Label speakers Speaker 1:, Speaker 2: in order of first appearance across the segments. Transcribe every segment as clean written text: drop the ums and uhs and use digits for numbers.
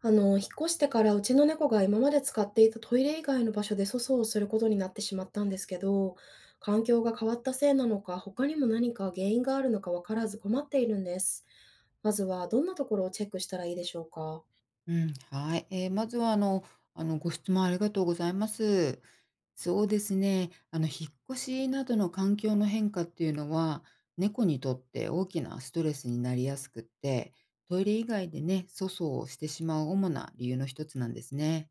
Speaker 1: 引っ越してからうちの猫が今まで使っていたトイレ以外の場所で粗相をすることになってしまったんですけど、環境が変わったせいなのか、他にも何か原因があるのかわからず困っているんです。まずはどんなところをチェックしたらいいでしょうか？
Speaker 2: うん、はい。えー、まずは、あの、あの、ご質問ありがとうございます。そうですね。引っ越しなどの環境の変化っていうのは、猫にとって大きなストレスになりやすくって、トイレ以外でね、粗相をしてしまう主な理由の一つなんですね。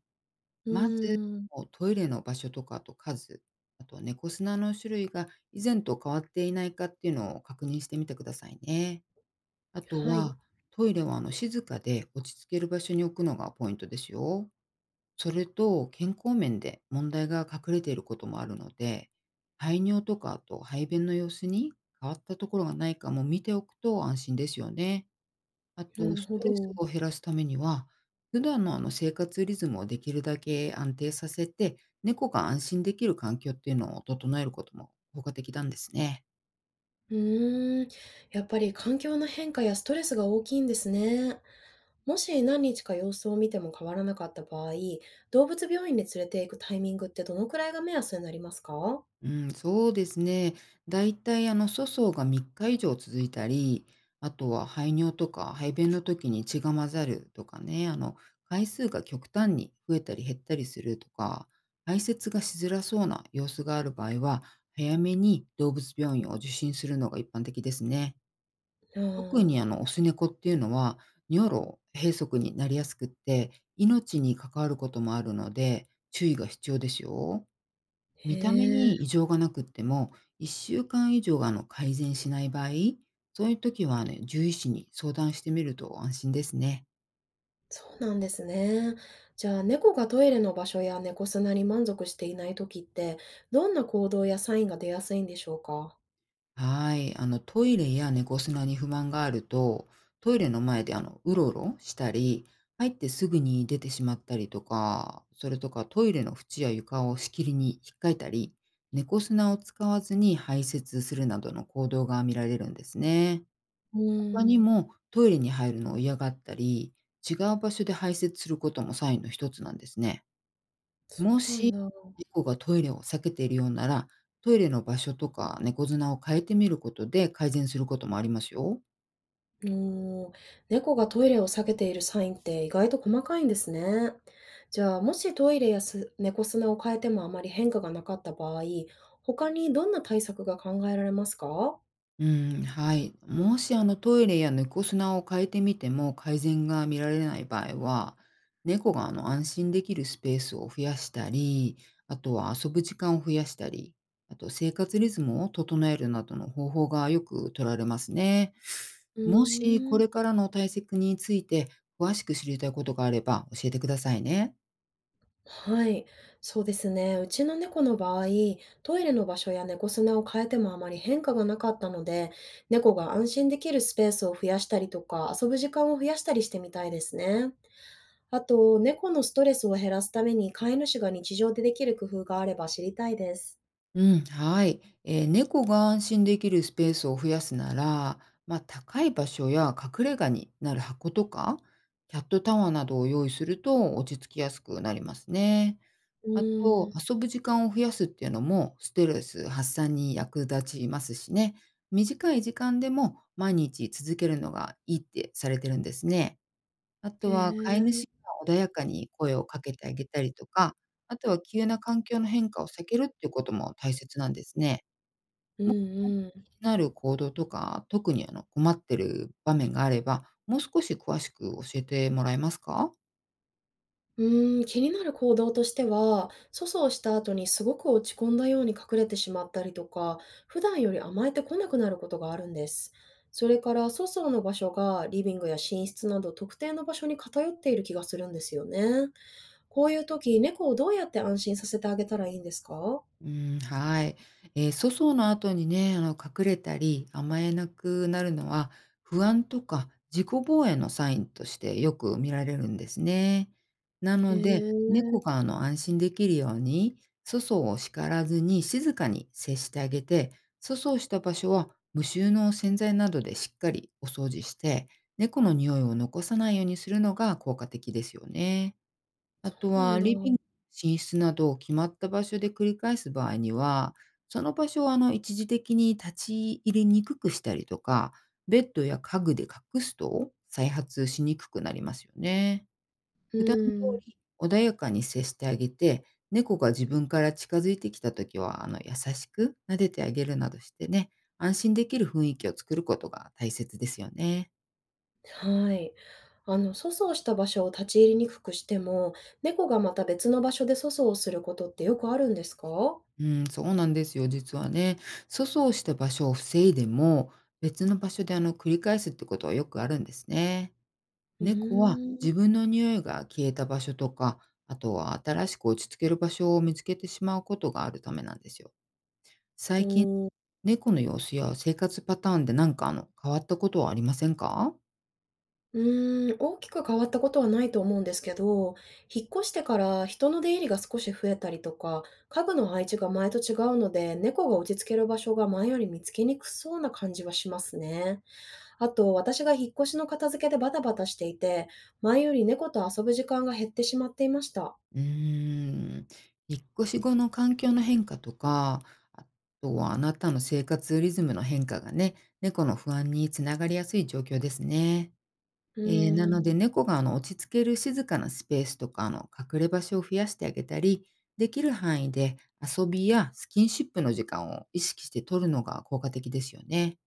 Speaker 1: う
Speaker 2: まず、
Speaker 1: ーん、
Speaker 2: もうトイレの場所とかあと数、あとは猫砂の種類が以前と変わっていないかっていうのを確認してみてくださいね。あと
Speaker 1: はい、
Speaker 2: は、トイレは静かで落ち着ける場所に置くのがポイントですよ。それと、健康面で問題が隠れていることもあるので、排尿とかあと排便の様子に変わったところがないかも見ておくと安心ですよね。あと、
Speaker 1: なる
Speaker 2: ス
Speaker 1: ほ
Speaker 2: トレス
Speaker 1: ど。
Speaker 2: を減らすためには、普段の生活リズムをできるだけ安定させて、猫が安心できる環境っていうのを整えることも効果的なんですね。
Speaker 1: うーん、やっぱり環境の変化やストレスが大きいんですね。もし何日か様子を見ても変わらなかった場合、動物病院に連れて行くタイミングってどのくらいが目安になりますか？
Speaker 2: うん、そうですね。だいたい粗相が3日以上続いたり、あとは排尿とか排便の時に血が混ざるとかね、回数が極端に増えたり減ったりするとか、排泄がしづらそうな様子がある場合は、早めに動物病院を受診するのが一般的ですね。
Speaker 1: あ
Speaker 2: 特に
Speaker 1: あ、
Speaker 2: オス猫っていうのは、尿路閉塞になりやすくって、命に関わることもあるので、注意が必要ですよ。
Speaker 1: へ
Speaker 2: 見た目
Speaker 1: え、
Speaker 2: に異常がなくっても、1週間以上が改善しない場合、そういう時はね、獣医師に相談してみると安心ですね。
Speaker 1: そうなんですね。じゃあ、猫がトイレの場所や猫砂に満足していない時って、どんな行動やサインが出やすいんでしょうか？
Speaker 2: はい。トイレや猫砂に不満があると、トイレの前でうろうろしたり、入ってすぐに出てしまったりとか、それとかトイレの縁や床をしきりに引っかいたり、猫砂を使わずに排泄するなどの行動が見られるんですね。
Speaker 1: う
Speaker 2: 他に
Speaker 1: ーん、
Speaker 2: も、トイレに入るのを嫌がったり、違う場所で排泄することもサインの一つなんですね。
Speaker 1: そ
Speaker 2: も
Speaker 1: う
Speaker 2: し、
Speaker 1: なんだ。
Speaker 2: 猫がトイレを避けているようなら、トイレの場所とか猫砂を変えてみることで改善することもありますよ。
Speaker 1: うーん、猫がトイレを避けているサインって意外と細かいんですね。じゃあ、もしトイレやす猫砂を変えてもあまり変化がなかった場合、他にどんな対策が考えられますか？
Speaker 2: うん、はい。もしトイレや猫砂を変えてみても改善が見られない場合は、猫が安心できるスペースを増やしたり、あとは遊ぶ時間を増やしたり、あと生活リズムを整えるなどの方法がよく取られますね。
Speaker 1: う
Speaker 2: もし
Speaker 1: ー
Speaker 2: こ
Speaker 1: ん。
Speaker 2: れからの対策について詳しく知りたいことがあれば教えてくださいね。
Speaker 1: はい、そうですね。うちの猫の場合、トイレの場所や猫砂を変えてもあまり変化がなかったので、猫が安心できるスペースを増やしたりとか、遊ぶ時間を増やしたりしてみたいですね。あと、猫のストレスを減らすために飼い主が日常でできる工夫があれば知りたいです。
Speaker 2: うん、はい。猫が安心できるスペースを増やすなら、まあ、高い場所や隠れ家になる箱とか、キャットタワーなどを用意すると落ち着きやすくなりますね。
Speaker 1: う
Speaker 2: あと、
Speaker 1: ーん、
Speaker 2: 遊ぶ時間を増やすっていうのもストレス発散に役立ちますしね。短い時間でも毎日続けるのがいいってされてるんですね。あ
Speaker 1: へ
Speaker 2: とは飼い主
Speaker 1: え、
Speaker 2: が穏やかに声をかけてあげたりとか、あとは急な環境の変化を避けるっていうことも大切なんですね。
Speaker 1: うん
Speaker 2: もし、あの、
Speaker 1: うん。
Speaker 2: 気になる行動とか、特に困ってる場面があれば、もう少し詳しく教えてもらえますか？
Speaker 1: うーん、気になる行動としては、粗相した後にすごく落ち込んだように隠れてしまったりとか、普段より甘えてこなくなることがあるんです。それから粗相の場所がリビングや寝室など特定の場所に偏っている気がするんですよね。こういう時、猫をどうやって安心させてあげたらいいんですか？
Speaker 2: うん、はい。粗相の後にね、隠れたり甘えなくなるのは、不安とか自己防衛のサインとしてよく見られるんですね。な
Speaker 1: へ
Speaker 2: ので、猫
Speaker 1: え、
Speaker 2: が安心できるように、粗相を叱らずに静かに接してあげて、粗相した場所は無臭の洗剤などでしっかりお掃除して、猫の匂いを残さないようにするのが効果的ですよね。あ
Speaker 1: そ
Speaker 2: と
Speaker 1: うなん
Speaker 2: は
Speaker 1: だ。
Speaker 2: リビング、寝室など決まった場所で繰り返す場合には、その場所を一時的に立ち入りにくくしたりとか、ベッドや家具で隠すと再発しにくくなりますよね。
Speaker 1: う
Speaker 2: 普段通
Speaker 1: ーん。
Speaker 2: り穏やかに接してあげて、猫が自分から近づいてきたときは優しく撫でてあげるなどしてね、安心できる雰囲気を作ることが大切ですよね。
Speaker 1: はい。粗相した場所を立ち入りにくくしても、猫がまた別の場所で粗相をすることってよくあるんですか？
Speaker 2: うん、そうなんですよ、実はね。粗相した場所を防いでも、別の場所で繰り返すってことはよくあるんですね。
Speaker 1: う
Speaker 2: 猫は
Speaker 1: ー
Speaker 2: 自
Speaker 1: ん。
Speaker 2: 分の匂いが消えた場所とか、あとは新しく落ち着ける場所を見つけてしまうことがあるためなんですよ。
Speaker 1: お
Speaker 2: 最近、
Speaker 1: ー。
Speaker 2: 猫の様子や生活パターンでなんか変わったことはありませんか。
Speaker 1: うーん、大きく変わったことはないと思うんですけど、引っ越してから人の出入りが少し増えたりとか、家具の配置が前と違うので、猫が落ち着ける場所が前より見つけにくそうな感じはしますね。あと、私が引っ越しの片付けでバタバタしていて、前より猫と遊ぶ時間が減ってしまっていました。
Speaker 2: うーん、引っ越し後の環境の変化とか、あとはあなたの生活リズムの変化がね、猫の不安につながりやすい状況ですね。
Speaker 1: う
Speaker 2: な
Speaker 1: ー
Speaker 2: ので
Speaker 1: ん。
Speaker 2: 猫が落ち着ける静かなスペースとか隠れ場所を増やしてあげたり、できる範囲で遊びやスキンシップの時間を意識して取るのが効果的ですよね。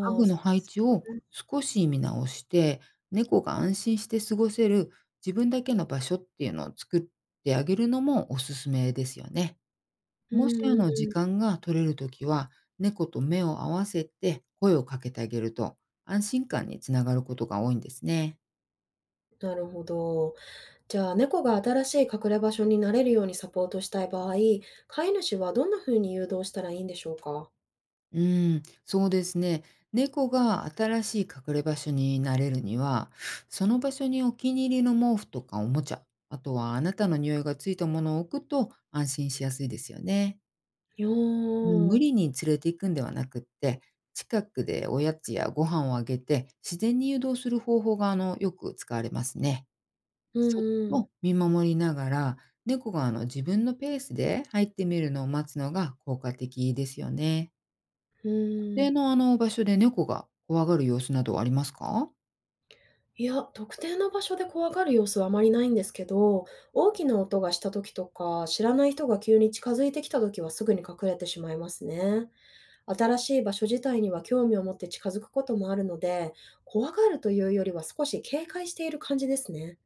Speaker 2: 家
Speaker 1: あ、
Speaker 2: 具
Speaker 1: そ
Speaker 2: の
Speaker 1: うで
Speaker 2: 配
Speaker 1: す
Speaker 2: 置を
Speaker 1: ね。
Speaker 2: 少し見直して、猫が安心して過ごせる自分だけの場所っていうのを作ってあげるのもおすすめですよね。
Speaker 1: う
Speaker 2: もし
Speaker 1: ん、うん、
Speaker 2: 時間が取れるときは、猫と目を合わせて声をかけてあげると、安心感につながることが多いんですね。
Speaker 1: なるほど。じゃあ、猫が新しい隠れ場所に慣れるようにサポートしたい場合、飼い主はどんな風に誘導したらいいんでしょうか？
Speaker 2: うーん、そうですね。猫が新しい隠れ場所に慣れるには、その場所にお気に入りの毛布とかおもちゃ、あとはあなたの匂いがついたものを置くと安心しやすいですよね。
Speaker 1: よお、う
Speaker 2: うん、
Speaker 1: ん
Speaker 2: 無
Speaker 1: う
Speaker 2: 理に連れて行くんではなくって、近くでおやつやご飯をあげて自然に誘導する方法がよく使われますね。そっ
Speaker 1: ん。
Speaker 2: と見守りながら、猫が自分のペースで入ってみるのを待つのが効果的ですよね。
Speaker 1: うん。
Speaker 2: 例の場所で猫が怖がる様子などありますか？
Speaker 1: いや、特定の場所で怖がる様子はあまりないんですけど、大きな音がした時とか、知らない人が急に近づいてきた時はすぐに隠れてしまいますね。新しい場所自体には興味を持って近づくこともあるので、怖がるというよりは少し警戒している感じですね。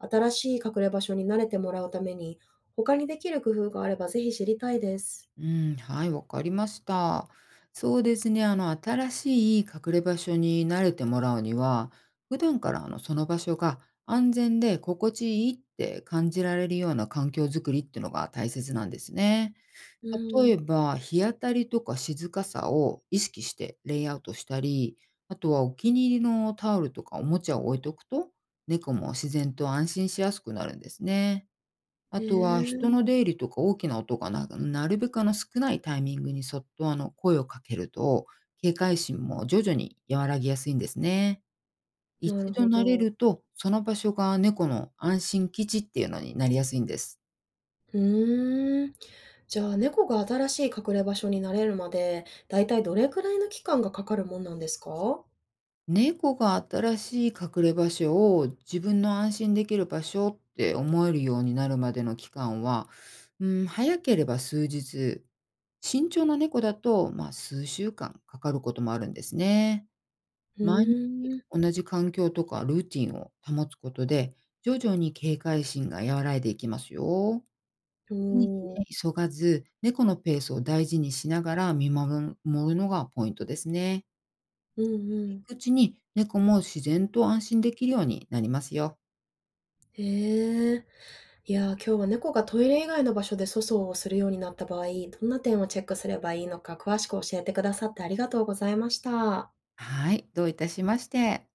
Speaker 1: 新しい隠れ場所に慣れてもらうために、他にできる工夫があればぜひ知りたいです。
Speaker 2: うん、はい、わかりました。そうですね、新しい隠れ場所に慣れてもらうには、普段からその場所が安全で心地いいって感じられるような環境づくりっていうのが大切なんですね。
Speaker 1: うー
Speaker 2: 例え
Speaker 1: ん。
Speaker 2: ば、日当たりとか静かさを意識してレイアウトしたり、あとはお気に入りのタオルとかおもちゃを置いとくと、猫も自然と安心しやすくなるんですね。あ
Speaker 1: へ
Speaker 2: とは人
Speaker 1: え、
Speaker 2: の出入りとか大きな音がななるべく少ないタイミングにそっと声をかけると、警戒心も徐々に和らぎやすいんですね。
Speaker 1: なる
Speaker 2: 一度
Speaker 1: ほ
Speaker 2: 慣れ
Speaker 1: ど。
Speaker 2: ると、その場所が猫の安心基地っていうのになりやすいんです。
Speaker 1: うーん。じゃあ、猫が新しい隠れ場所に慣れるまで、だいたいどれくらいの期間がかかるもんなんですか？
Speaker 2: 猫が新しい隠れ場所を自分の安心できる場所って思えるようになるまでの期間は、うん、早ければ数日、慎重な猫だと、まあ、数週間かかることもあるんですね。
Speaker 1: う
Speaker 2: 毎日
Speaker 1: ーん。
Speaker 2: 同じ環境とかルーティンを保つことで、徐々に警戒心が和らいでいきますよ。
Speaker 1: お
Speaker 2: 無理に
Speaker 1: ー。
Speaker 2: ね、急がず、猫のペースを大事にしながら見守るのがポイントですね。
Speaker 1: うんうん。
Speaker 2: うちに猫も自然と安心できるようになりますよ。
Speaker 1: へえ。いやー、今日は猫がトイレ以外の場所で粗相をするようになった場合、どんな点をチェックすればいいのか詳しく教えてくださってありがとうございました。
Speaker 2: はい、どういたしまして。